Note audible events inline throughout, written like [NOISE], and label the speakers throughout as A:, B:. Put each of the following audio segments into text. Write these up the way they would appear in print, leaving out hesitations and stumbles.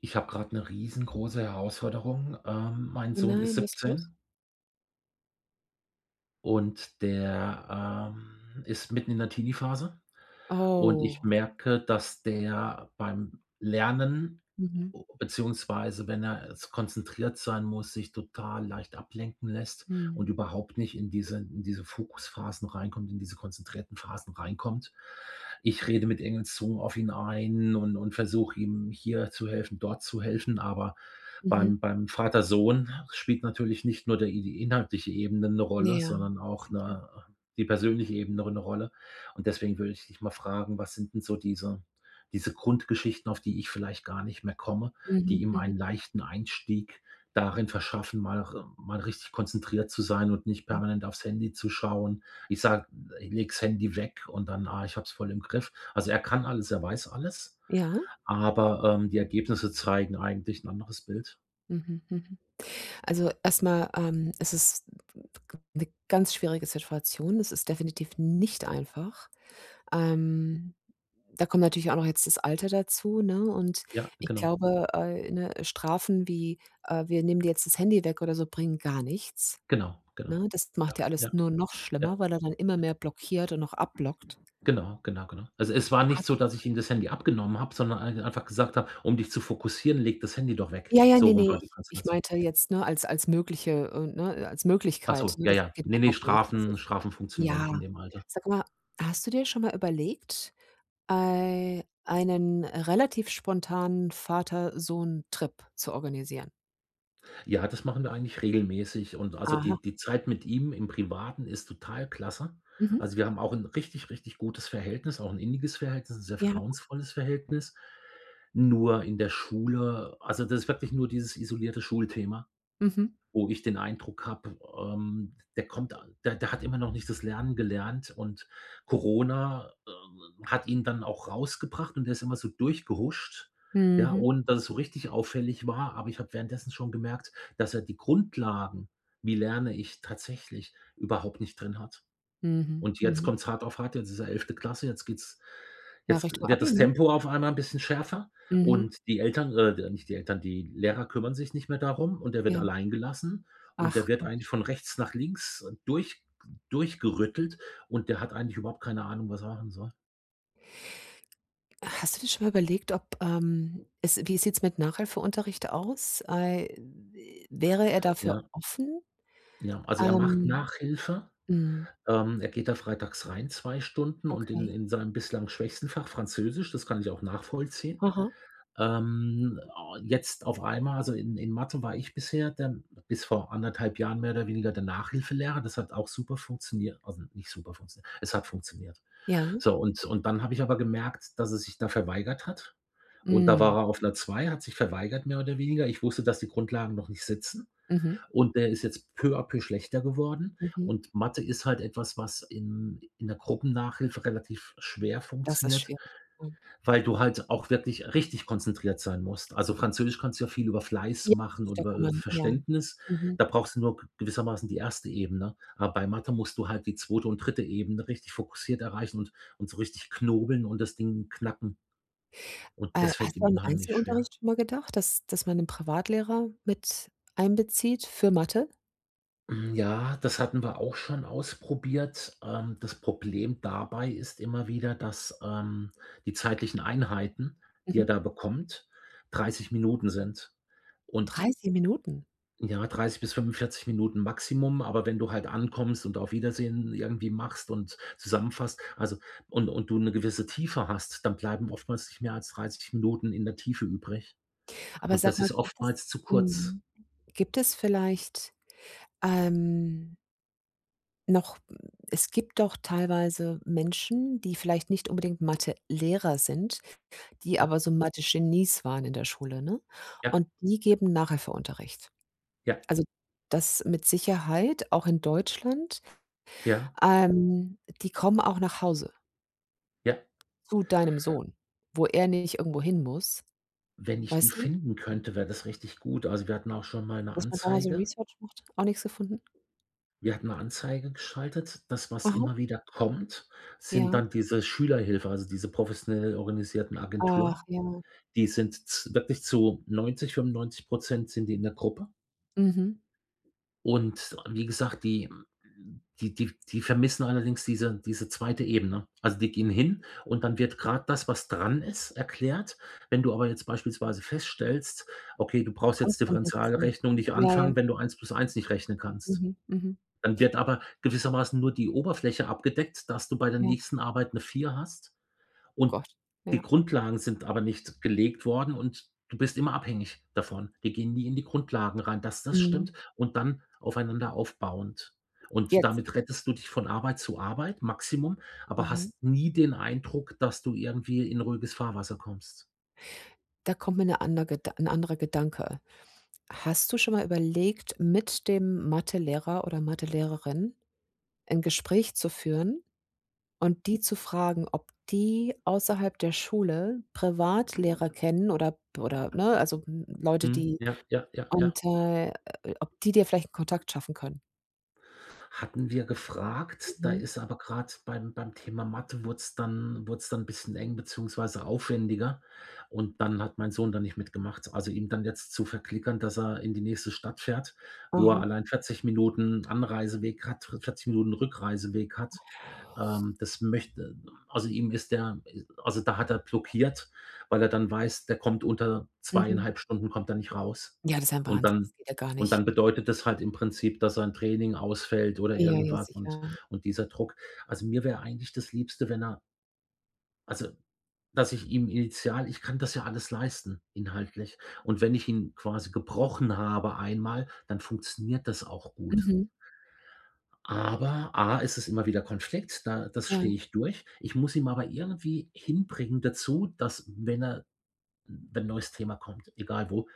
A: Ich habe gerade 'ne riesengroße Herausforderung. Mein
B: Oh
A: Sohn ist
B: nein, was ist los?
A: 17 und der, ist mitten in der Teenie-Phase. Und ich
B: Oh.
A: merke, dass der beim Lernen,
B: Mhm.
A: beziehungsweise wenn er s konzentriert sein muss, sich total leicht ablenken lässt und
B: Mhm.
A: überhaupt nicht in diese Fokusphasen reinkommt, in diese konzentrierten Phasen reinkommt. Ich rede mit Engelszungen auf ihn ein und versuche ihm hier zu helfen, dort zu helfen, aber
B: Mhm.
A: beim Vater-Sohn spielt natürlich nicht nur der die inhaltliche Ebene eine Rolle,
B: Ja,
A: sondern auch,
B: sicher.
A: ne, die persönliche Ebene eine Rolle. Und deswegen würde ich dich mal fragen, was sind denn so diese Grundgeschichten, auf die ich vielleicht gar nicht mehr komme,
B: Mhm,
A: die ihm
B: mhm,
A: einen leichten Einstieg darin verschaffen, mal richtig konzentriert zu sein und nicht
B: mhm.
A: permanent aufs Handy zu schauen. Ich sage: „Leg das Handy weg" und dann: „Ah, ich habe es voll im Griff." Also, er kann alles, er weiß alles,
B: Ja.
A: aber, die Ergebnisse zeigen eigentlich ein anderes Bild.
B: Mhm, mhm. Also, erstmal, es ist eine ganz schwierige Situation. Es ist definitiv nicht einfach. Ähm, Da kommt natürlich auch noch jetzt das Alter dazu, ne? Und
A: Ja,
B: ich
A: genau,
B: glaube, ne, Strafen wie, „Wir nehmen dir jetzt das Handy weg“ oder so, bringen gar nichts,
A: genau, genau.
B: ne? Das
A: Ja,
B: macht ja alles
A: ja,
B: nur noch schlimmer,
A: ja.
B: weil er dann immer mehr blockiert und noch abblockt.
A: Genau, genau, genau. Also, es war nicht so,
B: Hast
A: dass ich ihm das Handy abgenommen habe, sondern einfach gesagt habe: „Um dich zu fokussieren, leg das Handy doch weg."
B: Ja, ja,
A: So
B: ne,
A: rum
B: ne,
A: war
B: ich
A: die
B: ich
A: Konstellation.
B: meinte jetzt, ne, als mögliche ne, als
A: Ach
B: Möglichkeit,
A: so,
B: ne?
A: ja,
B: Das
A: ja.
B: geht
A: Ne, ne,
B: überhaupt nicht. Das
A: Strafen
B: ist
A: Strafen funktionieren nicht
B: ja.
A: in dem Alter.
B: Sag mal, hast du dir schon mal überlegt, ei einen relativ spontanen Vater-Sohn-Trip zu organisieren?
A: Ja, das machen wir eigentlich regelmäßig, und also,
B: Aha.
A: die Zeit mit ihm im Privaten ist total klasse.
B: Mhm.
A: Also, wir haben auch 'n richtig, richtig gutes Verhältnis, auch 'n inniges Verhältnis, 'n sehr
B: Ja.
A: vertrauensvolles Verhältnis. Nur in der Schule also, das ist wirklich nur dieses isolierte Schulthema,
B: Mhm.
A: wo ich den Eindruck habe, der hat immer noch nicht das Lernen gelernt, und Corona, hat ihn dann auch rausgebracht und der ist immer so durchgehuscht, ja,
B: Mhm.
A: ohne dass es so richtig auffällig war. Aber ich habe währenddessen schon gemerkt, dass er die Grundlagen, wie lerne ich tatsächlich, überhaupt nicht drin hat.
B: Mhm.
A: Und jetzt
B: Mhm.
A: kommt's hart auf hart, jetzt ist ja 11. Klasse,
B: Ja,
A: jetzt
B: Richtung
A: wird
B: Abi,
A: das
B: ne?
A: Tempo auf einmal 'n bisschen schärfer,
B: Mhm.
A: und die Eltern, nicht die Eltern, die Lehrer kümmern sich nicht mehr darum und er wird
B: Ja.
A: allein gelassen, und der
B: Ach
A: wird
B: Gott.
A: eigentlich von rechts nach links durchgerüttelt, und der hat eigentlich überhaupt keine Ahnung, was er machen soll.
B: Hast du dir schon mal überlegt, ob, es wie sieht's mit Nachhilfeunterricht aus? Wäre er dafür
A: Ja,
B: offen?
A: ja. Also, er macht
B: Ähm,
A: Nachhilfe.
B: mhm,
A: Er geht da freitags rein 2 Stunden und in
B: okay.
A: in seinem bislang schwächsten Fach Französisch, das kann ich auch nachvollziehen.
B: Aha.
A: Ähm, Jetzt auf einmal, also in Mathe war ich bisher der, bis vor anderthalb Jahren, mehr oder weniger der Nachhilfelehrer. Das hat auch super funktioniert, also nicht super funktioniert, es hat funktioniert.
B: Ja.
A: So, und dann habe ich aber gemerkt, dass er sich da verweigert hat. Und da
B: Mhm.
A: war er auf einer 2, hat sich verweigert mehr oder weniger. Ich wusste, dass die Grundlagen noch nicht sitzen,
B: Mhm.
A: und der ist jetzt peu à peu schlechter geworden.
B: Mhm.
A: Und Mathe ist halt etwas, was in der Gruppennachhilfe relativ schwer
B: Das ist
A: funktioniert.
B: schwierig. Mhm.
A: Weil du halt auch wirklich richtig konzentriert sein musst. Also, Französisch kannst du ja viel über Fleiß
B: Ja,
A: machen und
B: da kann
A: über
B: man ja.
A: Verständnis.
B: Mhm.
A: Da brauchst du nur g gewissermaßen die erste Ebene. Aber bei Mathe musst du halt die zweite und dritte Ebene richtig fokussiert erreichen und so richtig knobeln und das Ding knacken. Und das
B: Hast
A: fällt
B: du
A: ihm
B: an
A: unheimlich schwer.
B: Einzelunterricht schon mal gedacht, dass man 'nen Privatlehrer mit einbezieht für Mathe?
A: Hm, ja, das hatten wir auch schon ausprobiert. Das Problem dabei ist immer wieder, dass, die zeitlichen Einheiten, die er
B: Mhm.
A: da bekommt, 30 Minuten sind. Und
B: 30 Minuten.
A: ja, 30 bis 45 Minuten Maximum, aber wenn du halt ankommst und auf Wiedersehen irgendwie machst und zusammenfasst, also und du eine gewisse Tiefe hast, dann bleiben oftmals nicht mehr als 30 Minuten in der Tiefe übrig.
B: Aber
A: Und
B: sag
A: das
B: mal,
A: ist
B: gibt es
A: oftmals zu kurz.
B: mhm, gibt es vielleicht, ähm, noch es gibt doch teilweise Menschen, die vielleicht nicht unbedingt Mathelehrer sind, die
A: Ja,
B: aber so Mathe-Genies waren in der Schule, ne?
A: ja,
B: Und die geben Nachhilfeunterricht.
A: ja,
B: Also, das mit Sicherheit, auch in Deutschland.
A: ja,
B: Die kommen auch nach Hause
A: ja.
B: zu deinem Sohn, wo er nicht irgendwo hin muss,
A: Wenn ich die
B: weißt du?
A: finden könnte, wäre das richtig gut. Also, wir hatten auch schon mal eine
B: Dass man da mal so
A: Anzeige,
B: Research macht. Auch nichts gefunden?
A: wir hatten eine Anzeige geschaltet. Das, was
B: Aha,
A: immer wieder kommt, sind
B: ja.
A: dann diese Schülerhilfe, also diese professionell organisierten
B: Ach
A: Agenturen.
B: ja,
A: Die sind z wirklich zu 90, 95 sind die in der Gruppe.
B: mhm.
A: Und wie gesagt, die vermissen allerdings diese 2. Ebene. Also, die gehen hin und dann wird gerade das, was dran ist, erklärt. Wenn du aber jetzt beispielsweise feststellst: „Okay, du
B: Die
A: brauchst jetzt
B: Grundkenntnisse sind nicht
A: Differentialrechnung nicht
B: da. Ja, ja.
A: anfangen, wenn du eins plus eins nicht rechnen kannst."
B: Mhm, mhm.
A: Dann wird aber gewissermaßen nur die Oberfläche abgedeckt, dass du bei der
B: Ja, oh
A: nächsten Arbeit eine vier hast. Und
B: Gott,
A: die
B: ja.
A: Grundlagen sind aber nicht gelegt worden und du bist immer abhängig davon. Die gehen nie in die Grundlagen rein, dass das
B: Mhm.
A: stimmt und dann aufeinander aufbauend. Und
B: Jetzt.
A: damit rettest du dich von Arbeit zu Arbeit, Maximum, aber
B: Aha.
A: hast nie den Eindruck, dass du irgendwie in ruhiges Fahrwasser kommst.
B: Da kommt mir 'ne ander Ged 'n anderer Gedanke. Hast du schon mal überlegt, mit dem Mathelehrer oder Mathelehrerin ein Gespräch zu führen und die zu fragen, ob die außerhalb der Schule Privatlehrer kennen oder, ne, also, hm, Leute,
A: Mhm.
B: die
A: Ja, ja, ja, ja.
B: und, ob die dir vielleicht 'n Kontakt schaffen können?
A: Hatten wir gefragt. Da
B: Mhm.
A: ist aber gerade beim Thema Mathe wurd's dann 'n bisschen eng beziehungsweise aufwendiger. Und dann hat mein Sohn dann nicht mitgemacht. Also, ihm dann jetzt zu verklickern, dass er in die nächste Stadt fährt, wo
B: Aha.
A: er allein 40 Minuten Anreiseweg hat, 40 Minuten Rückreiseweg hat, das möchte also, ihm ist der also, da hat er blockiert, weil er dann weiß, der kommt unter
B: Mhm.
A: zweieinhalb Stunden kommt er nicht raus.
B: Ja, das ist ein
A: Und
B: Wahnsinn. Das
A: dann
B: geht ja gar nicht.
A: bedeutet das halt im Prinzip, dass sein Training ausfällt oder
B: Ja, ja,
A: irgendwas,
B: sicher.
A: und dieser Druck. Also, mir wäre eigentlich das Liebste, wenn er, also, dass ich ihm initial, ich kann das ja alles leisten inhaltlich. Und wenn ich ihn quasi gebrochen habe einmal, dann funktioniert das auch gut.
B: Mhm.
A: Aber A, ist es immer wieder Konflikt, da das
B: Ja,
A: stehe ich durch. Ich muss ihm aber irgendwie hinbringen dazu, dass, wenn 'n neues Thema kommt, egal wo,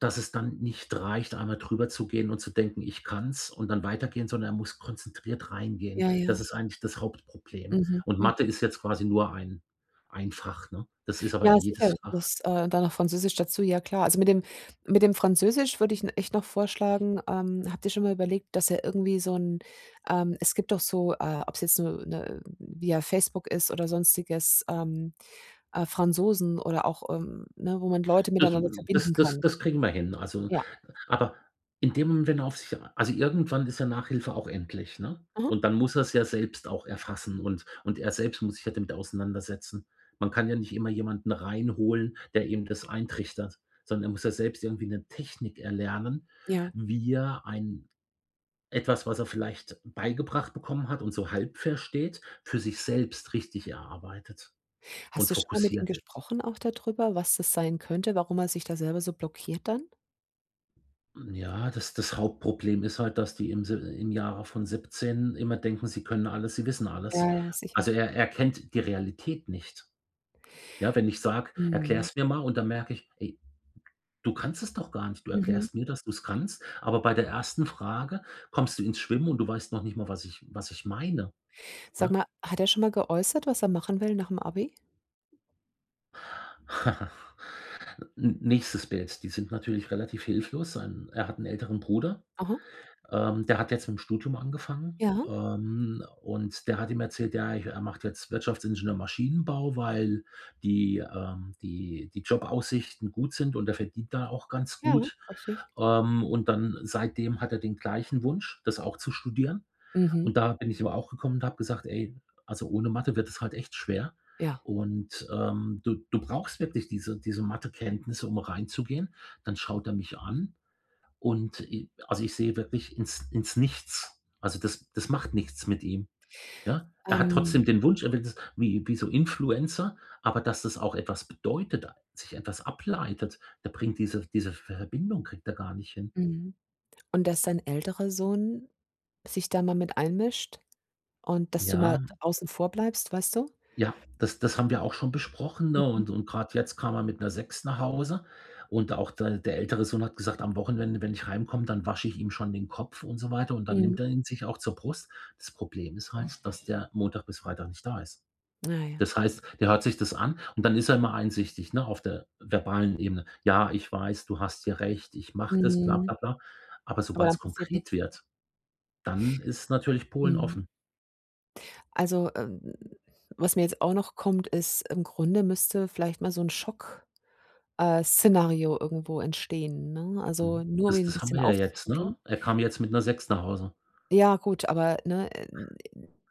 A: dass es dann nicht reicht, einmal drüber zu gehen und zu denken: „Ich kann's" und dann weitergehen, sondern er muss konzentriert reingehen.
B: ja, ja.
A: Das ist eigentlich das Hauptproblem.
B: Mhm,
A: Und
B: mhm.
A: Mathe ist jetzt quasi nur ein Fach, ne? Das ist aber
B: Ja,
A: jedes
B: sicher,
A: Fach.
B: das, dann noch Französisch dazu, ja klar. Also, mit dem Französisch würde ich n echt noch vorschlagen habt ihr schon mal überlegt, dass ihr irgendwie so ein es gibt doch so, ob es jetzt nur 'ne via Facebook ist oder Sonstiges, Franzosen oder auch, ne, wo man Leute
A: Das
B: miteinander verbinden
A: das das
B: kann.
A: das kriegen wir hin. Also,
B: Ja,
A: aber in dem Moment, wenn er auf sich, also irgendwann ist ja Nachhilfe auch endlich, ne?
B: mhm,
A: Und dann muss er's ja selbst auch erfassen, und er selbst muss sich ja damit auseinandersetzen. Man kann ja nicht immer jemanden reinholen, der ihm das eintrichtert, sondern er muss ja selbst irgendwie eine Technik erlernen,
B: ja.
A: wie er ein etwas, was er vielleicht beigebracht bekommen hat und so halb versteht, für sich selbst richtig erarbeitet
B: Hast
A: und
B: du schon mal mit ihm
A: fokussiert ist.
B: gesprochen auch darüber, was das sein könnte, warum er sich da selber so blockiert dann?
A: Ja, das Hauptproblem ist halt, dass die im Jahre von 17 immer denken, sie können alles, sie wissen alles.
B: Ja, ja, sicher.
A: Also, er kennt die Realität nicht. Ja, wenn ich sage: „Erklär
B: Mhm,
A: es mir mal", und dann merke ich: „Ey, du kannst es doch gar nicht. Du
B: mhm.
A: erklärst mir, dass du es kannst, aber bei der ersten Frage kommst du ins Schwimmen und du weißt noch nicht mal, was ich meine",
B: Sag
A: ja?
B: mal, hat er schon mal geäußert, was er machen will nach dem Abi?
A: [LAUGHS] N nächstes Bild, die sind natürlich relativ hilflos. Sein er hat einen älteren Bruder.
B: Aha.
A: Der hat jetzt mit dem Studium angefangen,
B: Ja,
A: und der hat ihm erzählt, ja, er macht jetzt Wirtschaftsingenieur Maschinenbau, weil die Jobaussichten gut sind und er verdient da auch ganz
B: ja,
A: gut.
B: richtig.
A: Und dann seitdem hat er den gleichen Wunsch, das auch zu studieren.
B: Mhm.
A: Und da bin ich ihm auch gekommen und habe gesagt: „Ey, also ohne Mathe wird es halt echt schwer,
B: Ja.
A: und, du brauchst wirklich diese Mathekenntnisse, um reinzugehen." Dann schaut er mich an und i also, ich sehe wirklich ins Nichts. Also, das macht nichts mit ihm, ja? Er hat
B: Ähm,
A: trotzdem den Wunsch, er will das wie so Influencer, aber dass das auch etwas bedeutet, sich etwas ableitet, da bringt diese Verbindung kriegt er gar nicht hin.
B: Mhm. und dass dein älterer Sohn sich da mal mit einmischt und dass du mal
A: Ja.
B: außen vor bleibst, weißt du?
A: Ja, das haben wir auch schon besprochen, ne?
B: Mhm.
A: Und gerade jetzt kam er mit einer 6 nach Hause, und auch der ältere Sohn hat gesagt: „Am Wochenende, wenn ich heimkomme, dann wasche ich ihm schon den Kopf" und so weiter, und dann
B: Mhm.
A: nimmt er ihn sich auch zur Brust. Das Problem ist halt, dass der Montag bis Freitag nicht da ist.
B: Na ja.
A: Das heißt, der hört sich das an und dann ist er immer einsichtig, ne, auf der verbalen Ebene. „Ja, ich weiß, du hast hier recht, ich mache das, bla
B: Mhm.
A: bla bla." Aber
B: Aber
A: sobald es
B: dann passiert
A: konkret
B: nichts.
A: wird, dann ist natürlich Polen
B: Mhm.
A: offen.
B: Also, was mir jetzt auch noch kommt, ist, im Grunde müsste vielleicht mal so ein Schock Szenario irgendwo entstehen, ne? Also,
A: Mhm.
B: nur um
A: Das
B: ihn 'n
A: das haben
B: bisschen
A: wir ja jetzt, ne?
B: aufzurütteln.
A: Er kam jetzt mit einer 6 nach Hause.
B: Ja, gut, aber, ne,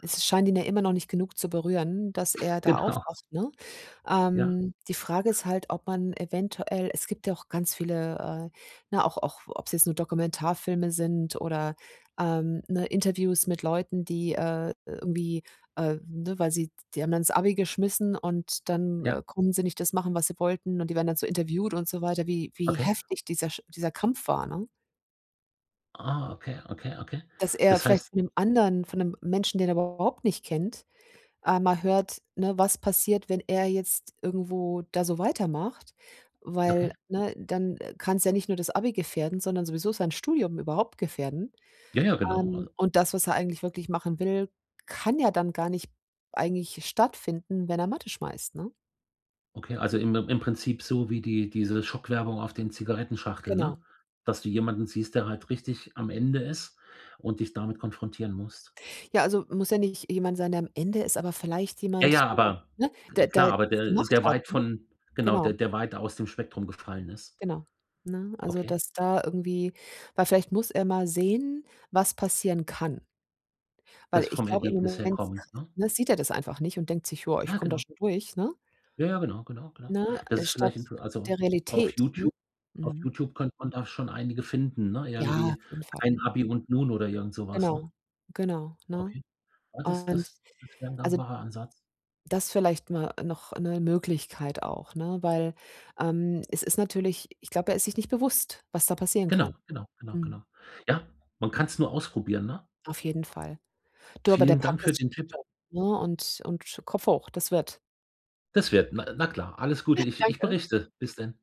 B: es scheint ihn ja immer noch nicht genug zu berühren, dass er da
A: Genau,
B: aufwacht, ne?
A: ja,
B: Die Frage ist halt, ob man eventuell es gibt ja auch ganz viele, ne, auch ob es jetzt nur Dokumentarfilme sind oder, ne, Interviews mit Leuten, die, irgendwie, ne, weil sie die haben dann das Abi geschmissen und dann,
A: ja,
B: konnten sie nicht das machen, was sie wollten und die werden dann so interviewt und so weiter, wie wie
A: okay.
B: heftig dieser Kampf war, ne?
A: Ah, okay, okay, okay.
B: Dass er
A: Das
B: vielleicht
A: heißt
B: von 'nem Menschen, den er überhaupt nicht kennt, einmal hört, ne, was passiert, wenn er jetzt irgendwo da so weitermacht,
A: okay.
B: weil, ne, dann kann's ja nicht nur das Abi gefährden, sondern sowieso sein Studium überhaupt gefährden.
A: Ja, ja, genau. Al
B: Und das, was er eigentlich wirklich machen will, kann ja dann gar nicht eigentlich stattfinden, wenn er Mathe schmeißt, ne?
A: okay, also im Prinzip so wie diese Schockwerbung auf den Zigarettenschachteln,
B: Genau.
A: ne? Dass du jemanden siehst, der halt richtig am Ende ist und dich damit konfrontieren musst.
B: Ja, also, muss ja nicht jemand sein, der am Ende ist, aber vielleicht
A: Ja, ja,
B: jemand, der,
A: aber
B: ne, der
A: klar,
B: der
A: aber
B: das
A: der
B: gemacht
A: der
B: hat,
A: weit
B: ne?
A: von genau,
B: Genau.
A: der der weit aus dem Spektrum gefallen ist.
B: Genau, ne? Also,
A: Okay.
B: dass da irgendwie weil vielleicht muss er mal sehen, was passieren kann. Weil
A: Das
B: ich
A: vom
B: glaube, im
A: Ergebnis her
B: Moment,
A: kommend, ne?
B: ne, sieht er das einfach nicht und denkt sich: „Ja, ich
A: Ja,
B: komme da
A: genau.
B: schon durch“, ne?
A: Ja, ja, genau, genau, genau.
B: Ne?
A: Das ist
B: Statt
A: vielleicht inter also
B: der
A: auf
B: Realität, ne?
A: YouTube Auf
B: Mhm.
A: YouTube könnte man da schon einige finden, ne?
B: Ja,
A: Irgendwie
B: auf jeden Fall.
A: „Kein Abi und nun" oder irgend so was, ne?
B: Genau, genau, ne?
A: Okay. Ja, das
B: Und
A: das das wäre 'n
B: also,
A: gangbarer Ansatz.
B: das vielleicht mal noch eine Möglichkeit auch, ne? Weil, es ist natürlich ich glaube, er ist sich nicht bewusst, was da passieren kann.
A: Genau, genau, genau,
B: Mhm,
A: genau. Ja, man kann's nur ausprobieren, ne?
B: auf jeden Fall. Du, aber der
A: Vielen
B: packt
A: Dank
B: das
A: für den Tipp.
B: schon, ne? Und Kopf hoch, das wird.
A: Das wird, na na klar, alles Gute. Ich
B: Danke.
A: berichte. Bis denn.